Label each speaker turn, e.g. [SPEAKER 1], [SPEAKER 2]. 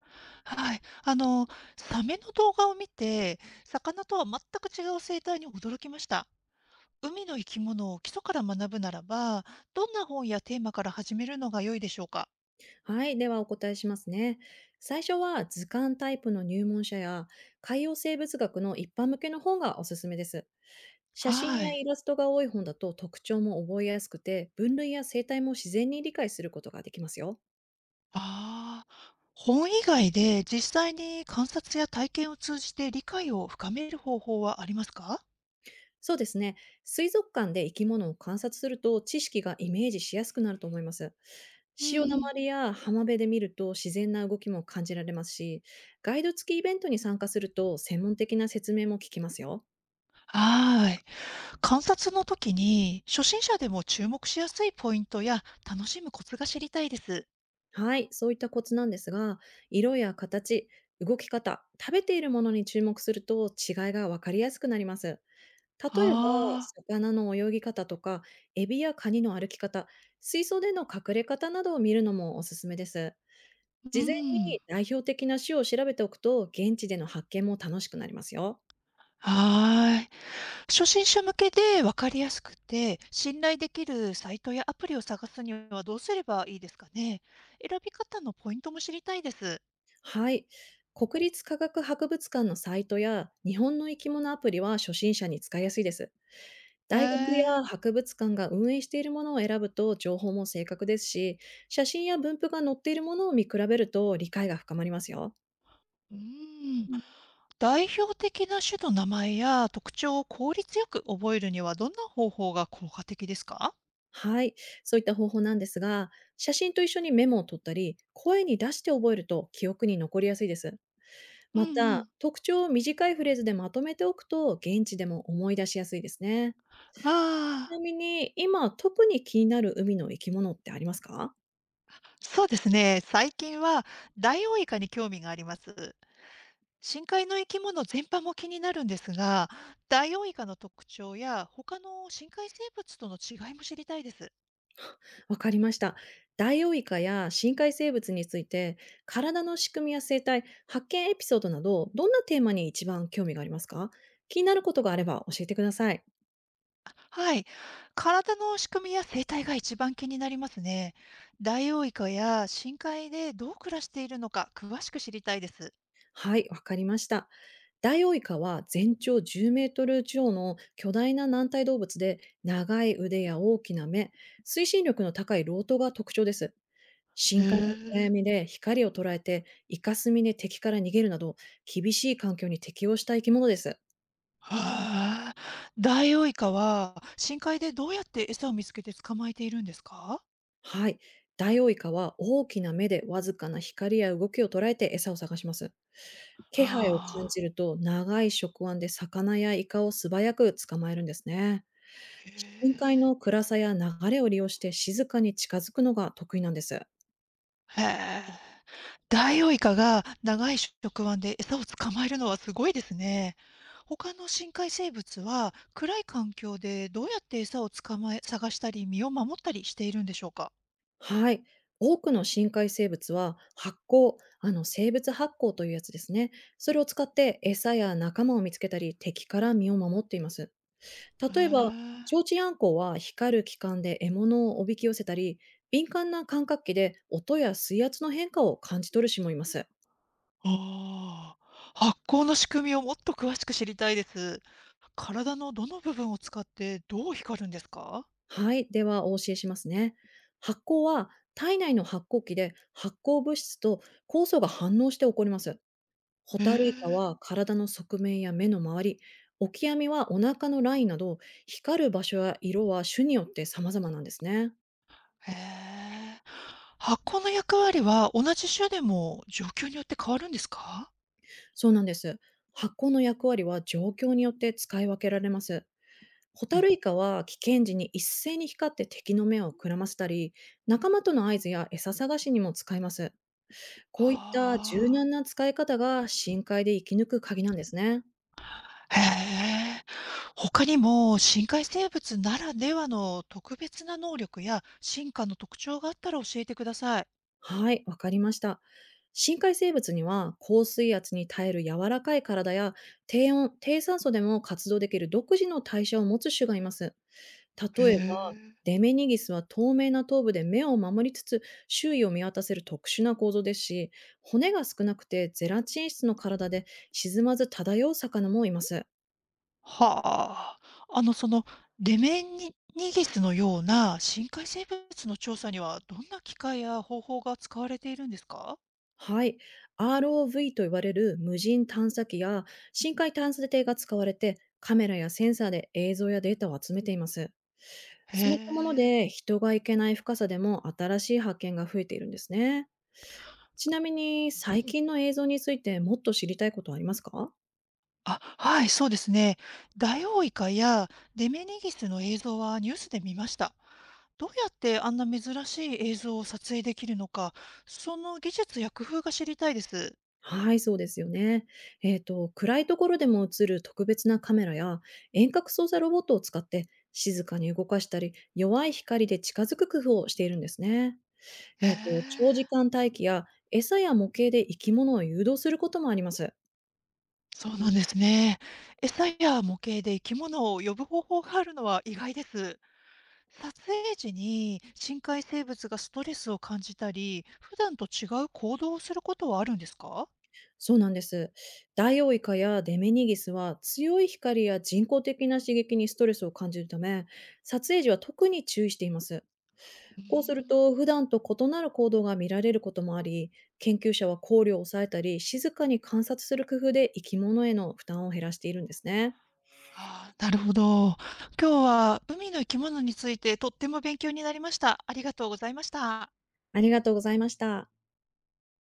[SPEAKER 1] はい。サメの動画を見て、魚とは全く違う生態に驚きました。海の生き物を基礎から学ぶならば、どんな本やテーマから始めるのが良いでしょうか？
[SPEAKER 2] はい、ではお答えしますね。最初は図鑑タイプの入門書や海洋生物学の一般向けの本がおすすめです。写真
[SPEAKER 1] は
[SPEAKER 2] やイ
[SPEAKER 1] い。
[SPEAKER 2] ラストが多い本だと特徴も覚えやすくて分類や生態も自然に理解することができますよ。
[SPEAKER 1] ああ、本以外で実際に観察や体験を通じて理解を深める方法はありますか？
[SPEAKER 2] そうですね。水族館で生き物を観察すると知識がイメージしやすくなると思います。
[SPEAKER 1] う
[SPEAKER 2] 潮だま
[SPEAKER 1] ん。
[SPEAKER 2] りや浜辺で見ると自然な動きも感じられますし、ガイド付きイベントに参加すると専門的な説明も聞きますよ。
[SPEAKER 1] はーい。観察の時に初心者でも注目しやすいポイントや楽しむコツが知りたいです。
[SPEAKER 2] はい、そういったコツなんですが、色や形、動き方、食べているものに注目すると違いが分かりやすくなります。例えば、
[SPEAKER 1] ああ、
[SPEAKER 2] 魚の泳ぎ方とか、エビやカニの歩き方、水槽での隠れ方などを見るのもおすすめです。
[SPEAKER 1] う
[SPEAKER 2] 事前
[SPEAKER 1] ん。
[SPEAKER 2] に代表的な種を調べておくと、現地での発見も楽しくなりますよ。
[SPEAKER 1] はーい。初心者向けで分かりやすくて、信頼できるサイトやアプリを探すにはどうすればいいですかね。選び方のポイントも知りたいです。
[SPEAKER 2] はい。国立科学博物館のサイトや日本の生き物アプリは初心者に使いやすいです。
[SPEAKER 1] へ
[SPEAKER 2] 大学
[SPEAKER 1] え。
[SPEAKER 2] や博物館が運営しているものを選ぶと情報も正確ですし、写真や分布が載っているものを見比べると理解が深まりますよ。
[SPEAKER 1] うん。代表的な種の名前や特徴を効率よく覚えるにはどんな方法が効果的ですか？
[SPEAKER 2] はい。そういった方法なんですが、写真と一緒にメモを取ったり、声に出して覚えると記憶に残りやすいです。
[SPEAKER 1] うん
[SPEAKER 2] ま
[SPEAKER 1] う
[SPEAKER 2] た、
[SPEAKER 1] ん。
[SPEAKER 2] 特徴を短いフレーズでまとめておくと、現地でも思い出しやすいですね。ち
[SPEAKER 1] あ
[SPEAKER 2] な
[SPEAKER 1] あ、
[SPEAKER 2] みに、今特に気になる海の生き物ってありますか？
[SPEAKER 1] そうですね。最近はダイオウイカに興味があります。深海の生き物全般も気になるんですが、ダイオウイカの特徴や他の深海生物との違いも知りたいです。
[SPEAKER 2] わかりました。ダイオウイカや深海生物について、体の仕組みや生態、発見エピソードなど、どんなテーマに一番興味がありますか？気になることがあれば教えてください。
[SPEAKER 1] あ、はい。体の仕組みや生態が一番気になりますね。ダイオウイカや深海でどう暮らしているのか詳しく知りたいです。
[SPEAKER 2] はい、わかりました。ダイオウイカは全長10メートル超の巨大な軟体動物で、長い腕や大きな目、推進力の高いロートが特徴です。
[SPEAKER 1] へ
[SPEAKER 2] 深海の暗
[SPEAKER 1] え。
[SPEAKER 2] 闇で光を捉えて、イカスミで敵から逃げるなど、厳しい環境に適応した生き物です。
[SPEAKER 1] はあ。ダイオウイカは深海でどうやって餌を見つけて捕まえているんですか？
[SPEAKER 2] はい。ダイオウイカは大きな目でわずかな光や動きを捉えて餌を探します。気配を感
[SPEAKER 1] ああ、
[SPEAKER 2] じると長い触腕で魚やイカを素早く捕まえるんですね。
[SPEAKER 1] へ
[SPEAKER 2] 深海
[SPEAKER 1] え。
[SPEAKER 2] の暗さや流れを利用して静かに近づくのが得意なんです。
[SPEAKER 1] へえ。ダイオウイカが長い触腕で餌を捕まえるのはすごいですね。他の深海生物は暗い環境でどうやって餌を捕まえ、探したり身を守ったりしているんでしょうか？
[SPEAKER 2] はい。多くの深海生物は発光、あの生物発光というやつですね。それを使って餌や仲間を見つけたり敵から身を守っています。
[SPEAKER 1] へ
[SPEAKER 2] 例えば、
[SPEAKER 1] え。
[SPEAKER 2] 提灯あんこは光る器官で獲物をおびき寄せたり、敏感な感覚器で音や水圧の変化を感じ取る種もいます。
[SPEAKER 1] ああ。発光の仕組みをもっと詳しく知りたいです。体のどの部分を使ってどう光るんですか？
[SPEAKER 2] はい、ではお教えしますね。発酵は体内の発酵器で発酵物質と酵素が反応して起こります。ホ
[SPEAKER 1] へ
[SPEAKER 2] タルイカ
[SPEAKER 1] え。
[SPEAKER 2] は体の側面や目の周り、オキアミはお腹のラインなど、光る場所や色は種によって様々なんですね。
[SPEAKER 1] へえ。発光の役割は同じ種でも状況によって変わるんですか？
[SPEAKER 2] そうなんです。発酵の役割は状況によって使い分けられます。ホタルイカは危険時に一斉に光って敵の目をくらませたり、仲間との合図や餌探しにも使います。こういった柔
[SPEAKER 1] はあ。
[SPEAKER 2] 軟な使い方が深海で生き抜く鍵なんですね。
[SPEAKER 1] へえ。他にも深海生物ならではの特別な能力や進化の特徴があったら教えてください。
[SPEAKER 2] はい、わかりました。深海生物には高水圧に耐える柔らかい体や低温、低酸素でも活動できる独自の代謝を持つ種がいます。
[SPEAKER 1] へ
[SPEAKER 2] 例えば、
[SPEAKER 1] え。
[SPEAKER 2] デメニギスは透明な頭部で目を守りつつ、周囲を見渡せる特殊な構造ですし、骨が少なくてゼラチン質の体で沈まず漂う魚もいます。
[SPEAKER 1] はあ。あの、その、レメンニニギスのような深海生物の調査にはどんな機械や方法が使われているんですか？
[SPEAKER 2] はい。ROV と言われる無人探査機や深海探査艇が使われて、カメラやセンサーで映像やデータを集めています。
[SPEAKER 1] へ
[SPEAKER 2] そういったもの
[SPEAKER 1] え。
[SPEAKER 2] で、人が行けない深さでも新しい発見が増えているんですね。ちなみに、最近の映像についてもっと知りたいことはありますか？
[SPEAKER 1] あ、はい、そうですね。ダイオウイカやデメニギスの映像はニュースで見ました。どうやってあんな珍しい映像を撮影できるのか、その技術や工夫が知りたいです。
[SPEAKER 2] はい、そうですよね。暗いところでも映る特別なカメラや遠隔操作ロボットを使って、静かに動かしたり、弱い光で近づく工夫をしているんですね。
[SPEAKER 1] へえ、
[SPEAKER 2] 長時間待機や餌や模型で生き物を誘導することもあります。
[SPEAKER 1] そうなんですね。餌や模型で生き物を呼ぶ方法があるのは意外です。撮影時に深海生物がストレスを感じたり、普段と違う行動をすることはあるんですか？
[SPEAKER 2] そうなんです。ダイオウイカやデメニギスは強い光や人工的な刺激にストレスを感じるため、撮影時は特に注意しています。
[SPEAKER 1] うー
[SPEAKER 2] こうすると
[SPEAKER 1] ん。
[SPEAKER 2] 普段と異なる行動が見られることもあり、研究者は考慮を抑えたり、静かに観察する工夫で生き物への負担を減らしているんですね。
[SPEAKER 1] ああ、なるほど。今日は海の生き物についてとっても勉強になりました。ありがとうございました。
[SPEAKER 2] ありがとうございました。